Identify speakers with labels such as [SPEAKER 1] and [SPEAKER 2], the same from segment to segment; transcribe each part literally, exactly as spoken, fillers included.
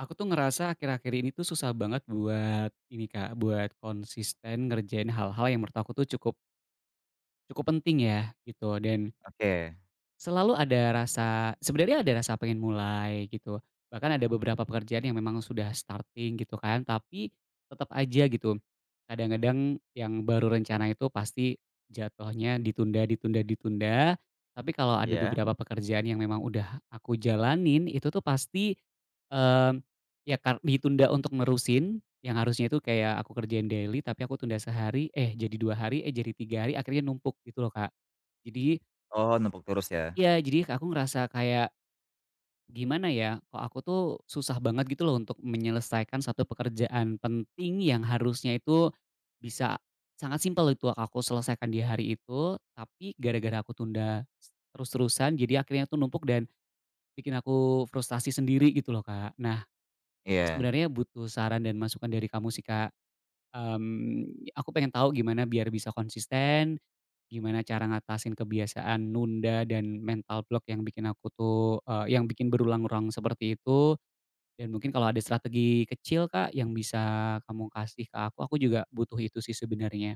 [SPEAKER 1] Aku tuh ngerasa akhir-akhir ini tuh susah banget buat ini Kak, buat konsisten ngerjain hal-hal yang menurut aku tuh cukup cukup penting ya gitu dan
[SPEAKER 2] Oke,
[SPEAKER 1] selalu ada rasa, sebenarnya ada rasa pengen mulai gitu, bahkan ada beberapa pekerjaan yang memang sudah starting gitu kan, tapi tetap aja gitu, kadang-kadang yang baru rencana itu pasti jatuhnya ditunda ditunda ditunda, tapi kalau ada
[SPEAKER 2] iya.
[SPEAKER 1] beberapa pekerjaan yang memang udah aku jalanin, itu tuh pasti, mmm, ya kar ditunda untuk nerusin, yang harusnya itu kayak aku kerjain daily, tapi aku tunda sehari, eh jadi dua hari, eh jadi tiga hari, akhirnya numpuk gitu loh, Kak. Jadi
[SPEAKER 2] Oh, numpuk terus ya?
[SPEAKER 1] iya, jadi aku ngerasa kayak, gimana ya, kok aku tuh susah banget gitu loh untuk menyelesaikan satu pekerjaan penting yang harusnya itu bisa sangat simpel itu aku selesaikan di hari itu, tapi gara-gara aku tunda s terus-terusan jadi akhirnya tuh numpuk dan bikin aku frustasi sendiri gitu loh, Kak. Nah, aku
[SPEAKER 2] Iya.
[SPEAKER 1] sebenarnya butuh saran dan masukan dari kamu sih, Kak. Mmm, aku pengen tahu gimana biar bisa konsisten, gimana cara ngatasin kebiasaan nunda dan mental block yang bikin aku tuh, eee, yang bikin berulang-ulang seperti itu, dan mungkin kalau ada strategi kecil, Kak, yang bisa kamu kasih ke aku, aku juga butuh itu sih sebenarnya.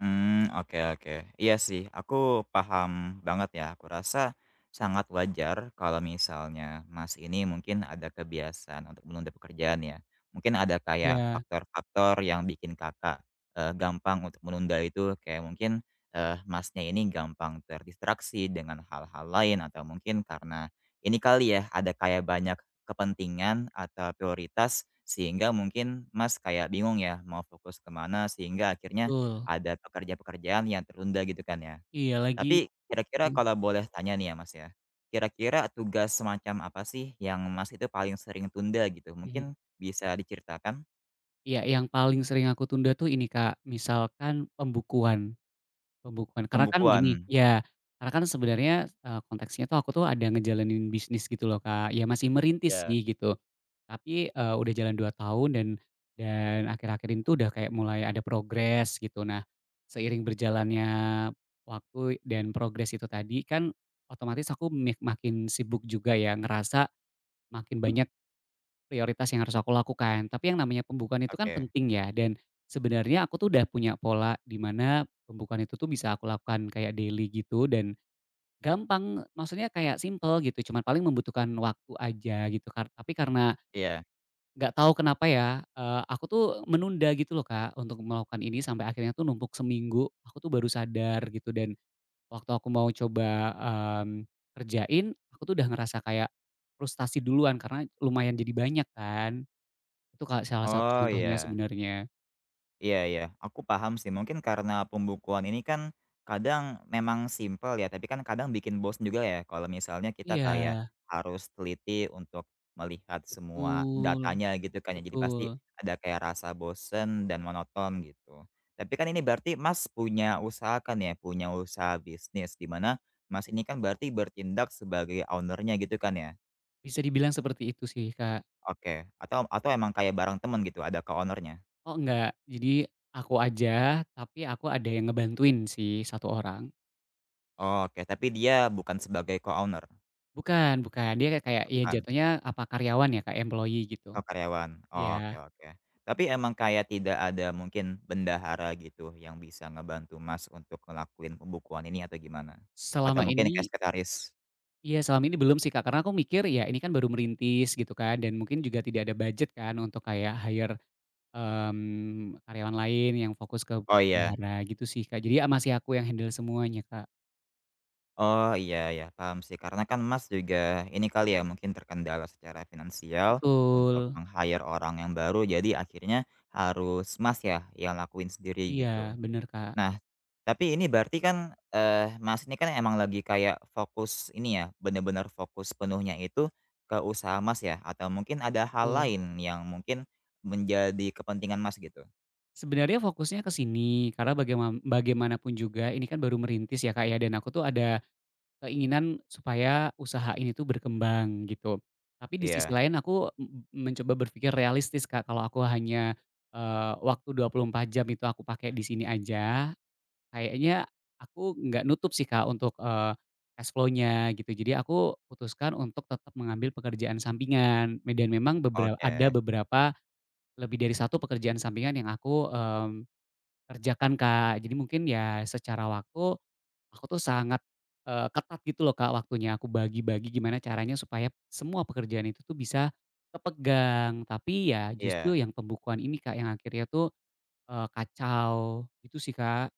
[SPEAKER 2] Hmm, oke oke. Iya sih, aku paham banget ya. Aku rasa sangat wajar kalau misalnya Mas ini mungkin ada kebiasaan untuk menunda pekerjaan ya. Mungkin ada kayak
[SPEAKER 1] Ya,
[SPEAKER 2] faktor-faktor yang bikin Kakak, eee, gampang untuk menunda itu kayak mungkin, eee, Masnya ini gampang terdistraksi dengan hal-hal lain atau mungkin karena ini kali ya ada kayak banyak kepentingan atau prioritas sehingga mungkin Mas kayak bingung ya mau fokus kemana sehingga akhirnya
[SPEAKER 1] betul.
[SPEAKER 2] ada pekerja-pekerjaan yang tertunda gitu kan ya.
[SPEAKER 1] Iya, lagi
[SPEAKER 2] Tapi kira-kira kalau boleh tanya nih ya, Mas, ya. Kira-kira tugas semacam apa sih yang Mas itu paling sering tunda gitu?
[SPEAKER 1] mhm.
[SPEAKER 2] Mungkin bisa diceritakan?
[SPEAKER 1] Iya, yang paling sering aku tunda tuh ini, Kak, misalkan pembukuan pembukuan. Karena kan
[SPEAKER 2] Pembukuan?
[SPEAKER 1] gini ya, karena kan sebenarnya, eee, konteksnya tuh aku tuh ada ngejalanin bisnis gitu loh, Kak, ya masih merintis
[SPEAKER 2] Ya,
[SPEAKER 1] sih gitu. Tapi, eee, udah jalan dua tahun dan dan akhir-akhir ini tuh udah kayak mulai ada progres gitu. Nah, seiring berjalannya waktu dan progres itu tadi kan otomatis aku mik makin sibuk juga ya, ngerasa makin banyak prioritas yang harus aku lakukan. Tapi yang namanya pembukaan itu kan
[SPEAKER 2] oke.
[SPEAKER 1] penting ya dan sebenarnya aku tuh udah punya pola di mana pembukuan itu tuh bisa aku lakukan kayak daily gitu dan gampang, maksudnya kayak simple gitu, cuman paling membutuhkan waktu aja gitu kar tapi karena
[SPEAKER 2] Iya.
[SPEAKER 1] nggak tahu kenapa ya, eee, aku tuh menunda gitu loh, Kak, untuk melakukan ini sampai akhirnya tuh numpuk seminggu, aku tuh baru sadar gitu dan waktu aku mau coba, mmm, kerjain, aku tuh udah ngerasa kayak frustasi duluan karena lumayan jadi banyak kan. Itu Kak, salah satu
[SPEAKER 2] Oh,
[SPEAKER 1] contohnya
[SPEAKER 2] iya.
[SPEAKER 1] sebenarnya.
[SPEAKER 2] Iya iya, aku paham sih. Mungkin karena pembukuan ini kan kadang memang simpel ya, tapi kan kadang bikin bosen juga ya kalau misalnya kita
[SPEAKER 1] Iya,
[SPEAKER 2] kayak harus teliti untuk melihat semua
[SPEAKER 1] betul
[SPEAKER 2] datanya gitu kan ya. Jadi pasti
[SPEAKER 1] betul.
[SPEAKER 2] ada kayak rasa bosen dan monoton gitu. Tapi kan ini berarti Mas punya usaha kan ya, punya usaha bisnis di mana Mas ini kan berarti bertindak sebagai ownernya gitu kan ya.
[SPEAKER 1] Bisa dibilang seperti itu sih, Kak.
[SPEAKER 2] Oke, atau atau emang kayak barang temen gitu, ada co ownernya nya
[SPEAKER 1] Oh, enggak, jadi aku aja, tapi aku ada yang ngebantuin sih, satu orang.
[SPEAKER 2] Oke, tapi dia bukan sebagai co-owner,
[SPEAKER 1] Bukan bukan, dia kayak kayak ya
[SPEAKER 2] bukan.
[SPEAKER 1] jatuhnya apa karyawan ya Kak, employee gitu.
[SPEAKER 2] Oh, karyawan, oke
[SPEAKER 1] Iya,
[SPEAKER 2] oke. Tapi emang kayak tidak ada mungkin bendahara gitu yang bisa ngebantu Mas untuk ngelakuin pembukuan ini atau gimana?
[SPEAKER 1] selama
[SPEAKER 2] Atau mungkin kayak
[SPEAKER 1] ini,
[SPEAKER 2] sekretaris?
[SPEAKER 1] iya selama ini belum sih Kak, karena aku mikir ya ini kan baru merintis gitu kan dan mungkin juga tidak ada budget kan untuk kayak hire, mmm, karyawan lain yang fokus ke
[SPEAKER 2] Oh iya,
[SPEAKER 1] bendahara gitu sih Kak, jadi ya masih aku yang handle semuanya Kak.
[SPEAKER 2] oh iya, ya paham sih karena kan Mas juga ini kali ya mungkin terkendala secara finansial
[SPEAKER 1] Betul,
[SPEAKER 2] untuk meng-hire orang yang baru jadi akhirnya harus Mas ya yang lakuin sendiri
[SPEAKER 1] iya
[SPEAKER 2] gitu.
[SPEAKER 1] bener Kak,
[SPEAKER 2] Nah, tapi ini berarti kan, eee, Mas ini kan emang lagi kayak fokus ini ya, bener-bener fokus penuhnya itu ke usaha Mas ya? Atau mungkin ada hal
[SPEAKER 1] betul.
[SPEAKER 2] lain yang mungkin menjadi kepentingan Mas gitu?
[SPEAKER 1] Sebenarnya fokusnya ke sini karena bagaiman bagaimanapun juga ini kan baru merintis ya Kak ya dan aku tuh ada keinginan supaya usaha ini tuh berkembang gitu. Tapi di sisi
[SPEAKER 2] Iya,
[SPEAKER 1] lain aku m mencoba berpikir realistis Kak, kalau aku hanya, eee, waktu dua puluh empat jam itu aku pakai di sini aja, kayaknya aku nggak nutup sih Kak untuk, eee, cash flow-nya gitu. Jadi aku putuskan untuk tetap mengambil pekerjaan sampingan, me dan memang bebera
[SPEAKER 2] oke,
[SPEAKER 1] ada beberapa lebih dari satu pekerjaan sampingan yang aku, mmm, kerjakan Kak. Jadi mungkin ya secara waktu aku tuh sangat, eee, ketat gitu loh Kak waktunya, aku bagi-bagi gimana caranya supaya semua pekerjaan itu tuh bisa kepegang. Tapi ya
[SPEAKER 2] iya.
[SPEAKER 1] justru yang pembukuan ini Kak yang akhirnya tuh, eee, kacau gitu sih Kak.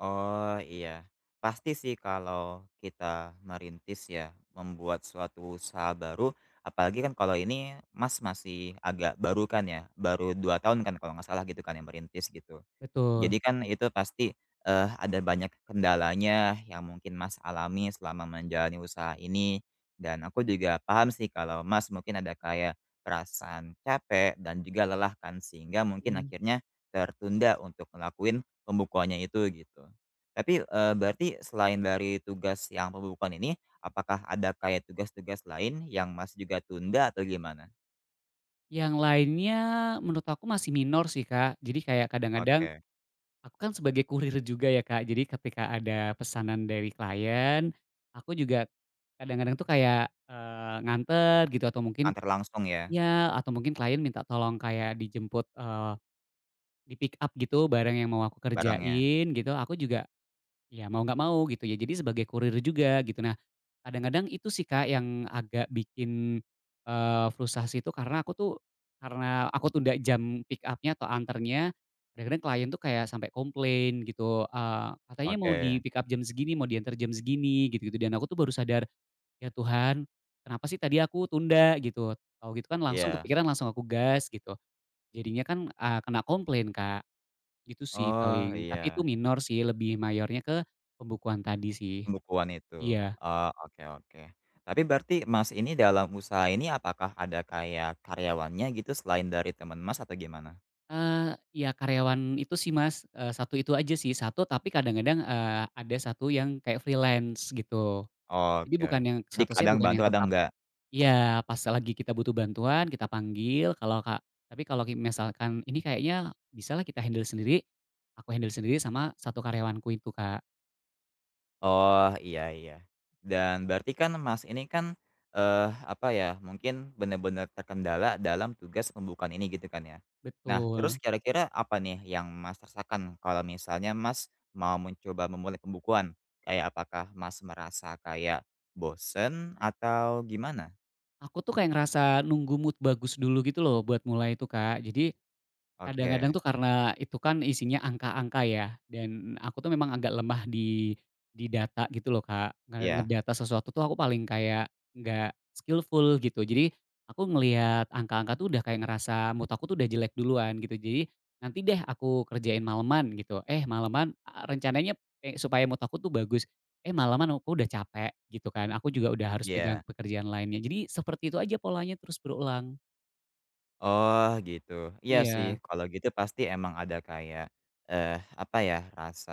[SPEAKER 2] Oh, iya. Pasti sih kalau kita merintis ya, membuat suatu usaha baru, apalagi kan kalau ini Mas masih agak baru kan ya, baru dua tahun kan kalau nggak salah gitu kan yang merintis gitu.
[SPEAKER 1] Betul,
[SPEAKER 2] Jadi kan itu pasti, eee, ada banyak kendalanya yang mungkin Mas alami selama menjalani usaha ini, dan aku juga paham sih kalau Mas mungkin ada kayak perasaan capek dan juga lelah kan, sehingga mungkin
[SPEAKER 1] mhm.
[SPEAKER 2] akhirnya tertunda untuk ngelakuin pembukuannya itu gitu. Tapi, eee, berarti selain dari tugas yang pembukuan ini, apakah ada kayak tugas-tugas lain yang Mas juga tunda atau gimana?
[SPEAKER 1] Yang lainnya menurut aku masih minor sih Kak. Jadi kayak kadang-kadang
[SPEAKER 2] Oke,
[SPEAKER 1] aku kan sebagai kurir juga ya Kak, jadi ketika ada pesanan dari klien, aku juga kadang-kadang tuh kayak, eee, nganter gitu atau mungkin
[SPEAKER 2] antar langsung ya
[SPEAKER 1] iya, atau mungkin klien minta tolong kayak dijemput, eee, di-pick up gitu barang yang mau aku
[SPEAKER 2] barangnya?
[SPEAKER 1] kerjain gitu, aku juga ya mau nggak mau gitu ya, jadi sebagai kurir juga gitu. Nah, kadang-kadang itu sih Kak yang agak bikin, eee, frustasi itu karena aku tuh karena aku tunda jam pick up-nya atau anternya, kadang-kadang klien tuh kayak sampai komplain gitu, eee, "Katanya mau
[SPEAKER 2] Oke,
[SPEAKER 1] di-pick up jam segini, mau diantar jam segini," gitu-gitu, dan aku tuh baru sadar, ya Tuhan, kenapa sih tadi aku tunda gitu. Tahu gitu kan langsung
[SPEAKER 2] iya.
[SPEAKER 1] kepikiran langsung aku gas gitu. Jadinya kan, eee, kena komplain Kak, gitu sih
[SPEAKER 2] Oh,
[SPEAKER 1] paling. Tapi itu
[SPEAKER 2] iya,
[SPEAKER 1] minor sih, lebih mayornya ke pembukuan tadi sih.
[SPEAKER 2] pembukuan itu.
[SPEAKER 1] Iya.
[SPEAKER 2] Oh, oke oke. Tapi berarti Mas ini dalam usaha ini apakah ada kayak karyawannya gitu selain dari teman Mas atau gimana?
[SPEAKER 1] Eee, ya karyawan itu sih Mas, eee, satu itu aja sih, satu. Tapi kadang-kadang, eee, ada satu yang kayak freelance gitu. Jadi
[SPEAKER 2] Oke.
[SPEAKER 1] bukan yang
[SPEAKER 2] Jadi
[SPEAKER 1] statusnya
[SPEAKER 2] kadang
[SPEAKER 1] bukan
[SPEAKER 2] bantu,
[SPEAKER 1] yang
[SPEAKER 2] kadang
[SPEAKER 1] tetap.
[SPEAKER 2] enggak?
[SPEAKER 1] Iya, pas lagi kita butuh bantuan kita panggil kalau kak, tapi kalau ki misalkan ini kayaknya bisa lah kita handle sendiri, aku handle sendiri sama satu karyawanku itu, Kak.
[SPEAKER 2] Oh, iya iya. Dan berarti kan Mas ini kan, eee, apa ya, mungkin benar-benar terkendala dalam tugas pembukaan ini gitu kan ya. Nah, terus
[SPEAKER 1] Betul.
[SPEAKER 2] kira-kira apa nih yang Mas rasakan kalau misalnya Mas mau mencoba memulai pembukuan? Kayak apakah Mas merasa kayak bosen atau gimana?
[SPEAKER 1] Aku tuh kayak ngerasa nunggu mood bagus dulu gitu loh buat mulai itu, Kak. Jadi
[SPEAKER 2] Oke,
[SPEAKER 1] kadang-kadang tuh karena itu kan isinya angka-angka ya, dan aku tuh memang agak lemah di di data gitu loh Kak, nge
[SPEAKER 2] iya
[SPEAKER 1] ngedata sesuatu tuh aku paling kayak nggak skillful gitu. Jadi aku ngelihat angka-angka tuh udah kayak ngerasa mood aku tuh udah jelek duluan gitu. Jadi nanti deh aku kerjain malaman gitu, eh malaman a rencananya e supaya mood aku tuh bagus, eh malaman aku udah capek gitu kan, aku juga udah harus pegang
[SPEAKER 2] iya.
[SPEAKER 1] pekerjaan lainnya. Jadi seperti itu aja polanya terus berulang.
[SPEAKER 2] Oh gitu. Iya sih
[SPEAKER 1] Iya,
[SPEAKER 2] kalau gitu pasti emang ada kayak, eee, apa ya, rasa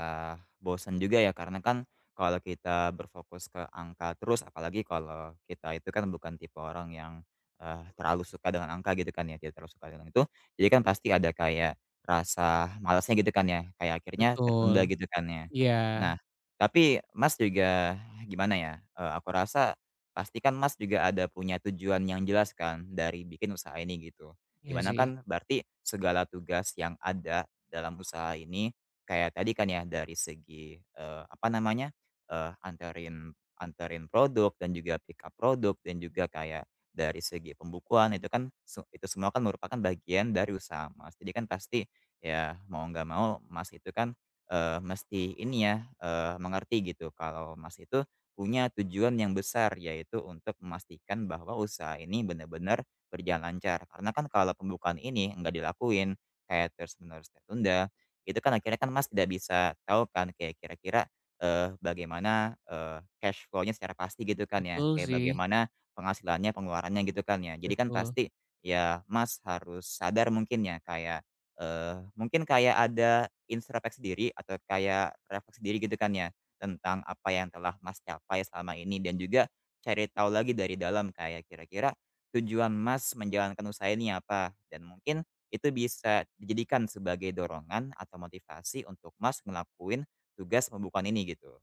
[SPEAKER 2] bosen juga ya karena kan kalau kita berfokus ke angka terus apalagi kalau kita itu kan bukan tipe orang yang, eee, terlalu suka dengan angka gitu kan ya, tidak terlalu suka dengan itu, jadi kan pasti ada kayak rasa malasnya gitu kan ya, kayak akhirnya
[SPEAKER 1] betul,
[SPEAKER 2] tertunda gitu kan ya.
[SPEAKER 1] iya.
[SPEAKER 2] Nah, tapi Mas juga gimana ya, eee, aku rasa pasti kan Mas juga ada punya tujuan yang jelas kan dari bikin usaha ini gitu
[SPEAKER 1] Iya
[SPEAKER 2] dimana
[SPEAKER 1] sih,
[SPEAKER 2] kan berarti segala tugas yang ada dalam usaha ini, kayak tadi kan ya dari segi, eee, apa namanya, eee, antarin anterin produk dan juga pick up produk dan juga kayak dari segi pembukuan itu kan se itu semua kan merupakan bagian dari usaha Mas. Jadi kan pasti ya mau nggak mau Mas itu kan, eee, mesti ini ya, eee, mengerti gitu kalau Mas itu punya tujuan yang besar, yaitu untuk memastikan bahwa usaha ini benar-benar berjalan lancar. Karena kan kalau pembukaan ini nggak dilakuin, kayak terus-menerus tertunda, itu kan akhirnya kan Mas tidak bisa tahu kan kayak kira-kira, eee, bagaimana, eee, cash flow-nya secara pasti gitu kan ya,
[SPEAKER 1] betul
[SPEAKER 2] kayak
[SPEAKER 1] sih,
[SPEAKER 2] bagaimana penghasilannya, pengeluarannya gitu kan ya. Jadi kan
[SPEAKER 1] betul.
[SPEAKER 2] pasti ya Mas harus sadar mungkin ya kayak, eee, mungkin kayak ada introspeksi diri atau kayak refleksi diri gitu kan ya, tentang apa yang telah Mas capai selama ini dan juga cari tahu lagi dari dalam kayak kira-kira tujuan Mas menjalankan usaha ini apa, dan mungkin itu bisa dijadikan sebagai dorongan atau motivasi untuk Mas ngelakuin tugas pembukuan ini gitu.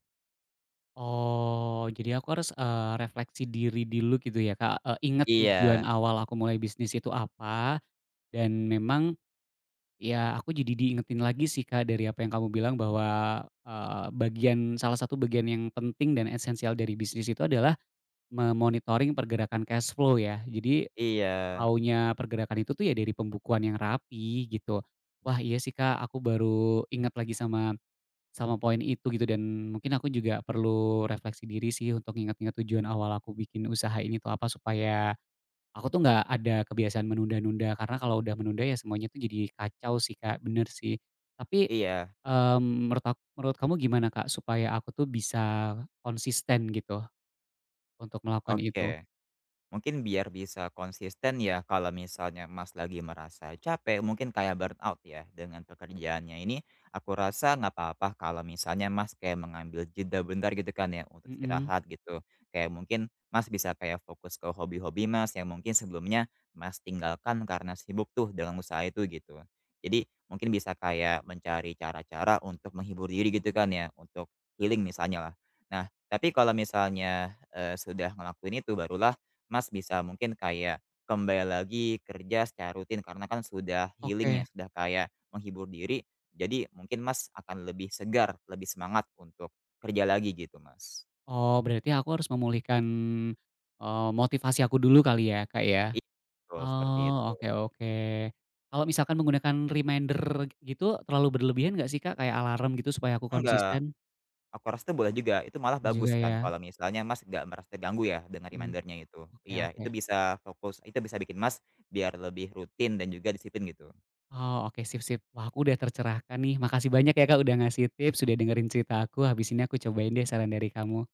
[SPEAKER 1] Oh, jadi aku harus, eee, refleksi diri dulu gitu ya, Kak, eee, ingat tujuan
[SPEAKER 2] Iya
[SPEAKER 1] awal aku mulai bisnis itu apa, dan memang ya aku jadi diingetin lagi sih, Kak, dari apa yang kamu bilang bahwa, eee, bagian salah satu bagian yang penting dan esensial dari bisnis itu adalah memonitoring pergerakan cash flow ya. Jadi
[SPEAKER 2] iya
[SPEAKER 1] maunya pergerakan itu tuh ya dari pembukuan yang rapi gitu. Wah iya sih, Kak, aku baru ingat lagi sama Sama poin itu gitu dan mungkin aku juga perlu refleksi diri sih untuk ingat-ingat tujuan awal aku bikin usaha ini tuh apa, supaya aku tuh nggak ada kebiasaan menunda-nunda, karena kalau udah menunda ya semuanya tuh jadi kacau sih Kak, bener sih. Tapi,
[SPEAKER 2] iya,
[SPEAKER 1] mmm, menurut ak menurut kamu gimana Kak, supaya aku tuh bisa konsisten gitu untuk melakukan
[SPEAKER 2] oke.
[SPEAKER 1] itu?
[SPEAKER 2] Mungkin biar bisa konsisten ya kalau misalnya Mas lagi merasa capek, mungkin kayak burnout ya dengan pekerjaannya ini, aku rasa nggak apa-apa kalau misalnya Mas kayak mengambil jeda bentar gitu kan ya untuk
[SPEAKER 1] Mhm,
[SPEAKER 2] istirahat gitu. Kayak mungkin Mas bisa kayak fokus ke hobi-hobi Mas yang mungkin sebelumnya Mas tinggalkan karena sibuk tuh dengan usaha itu gitu. Jadi mungkin bisa kayak mencari cara-cara untuk menghibur diri gitu kan ya, untuk healing misalnya lah. Nah, tapi kalau misalnya eh, sudah ngelakuin itu barulah Mas bisa mungkin kayak kembali lagi kerja secara rutin karena kan sudah healing
[SPEAKER 1] oke.
[SPEAKER 2] ya, sudah kayak menghibur diri. Jadi mungkin Mas akan lebih segar, lebih semangat untuk kerja lagi gitu, Mas.
[SPEAKER 1] Oh berarti aku harus memulihkan, eee, motivasi aku dulu kali ya Kak ya?
[SPEAKER 2] Iya, betul seperti itu.
[SPEAKER 1] Oh, oke oke. Kalau misalkan menggunakan reminder gitu terlalu berlebihan nggak sih, Kak? Kayak alarm gitu supaya aku
[SPEAKER 2] Enggak,
[SPEAKER 1] konsisten
[SPEAKER 2] aku rasa itu boleh juga. Itu malah bagus
[SPEAKER 1] juga
[SPEAKER 2] kan
[SPEAKER 1] ya?
[SPEAKER 2] kalau misalnya Mas nggak merasa terganggu ya dengan
[SPEAKER 1] Mmm,
[SPEAKER 2] remindernya itu.
[SPEAKER 1] oke
[SPEAKER 2] Iya,
[SPEAKER 1] oke.
[SPEAKER 2] itu bisa fokus, itu bisa bikin Mas biar lebih rutin dan juga disiplin gitu.
[SPEAKER 1] Oh, oke sip sip. Wah, aku udah tercerahkan nih. Makasih banyak ya, Kak, udah ngasih tips, udah dengerin cerita aku. Habis ini aku cobain deh saran dari kamu.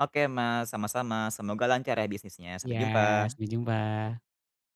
[SPEAKER 2] Oke Mas, sama-sama. Semoga lancar ya bisnisnya. Sampai
[SPEAKER 1] Iya,
[SPEAKER 2] jumpa.
[SPEAKER 1] sampai jumpa.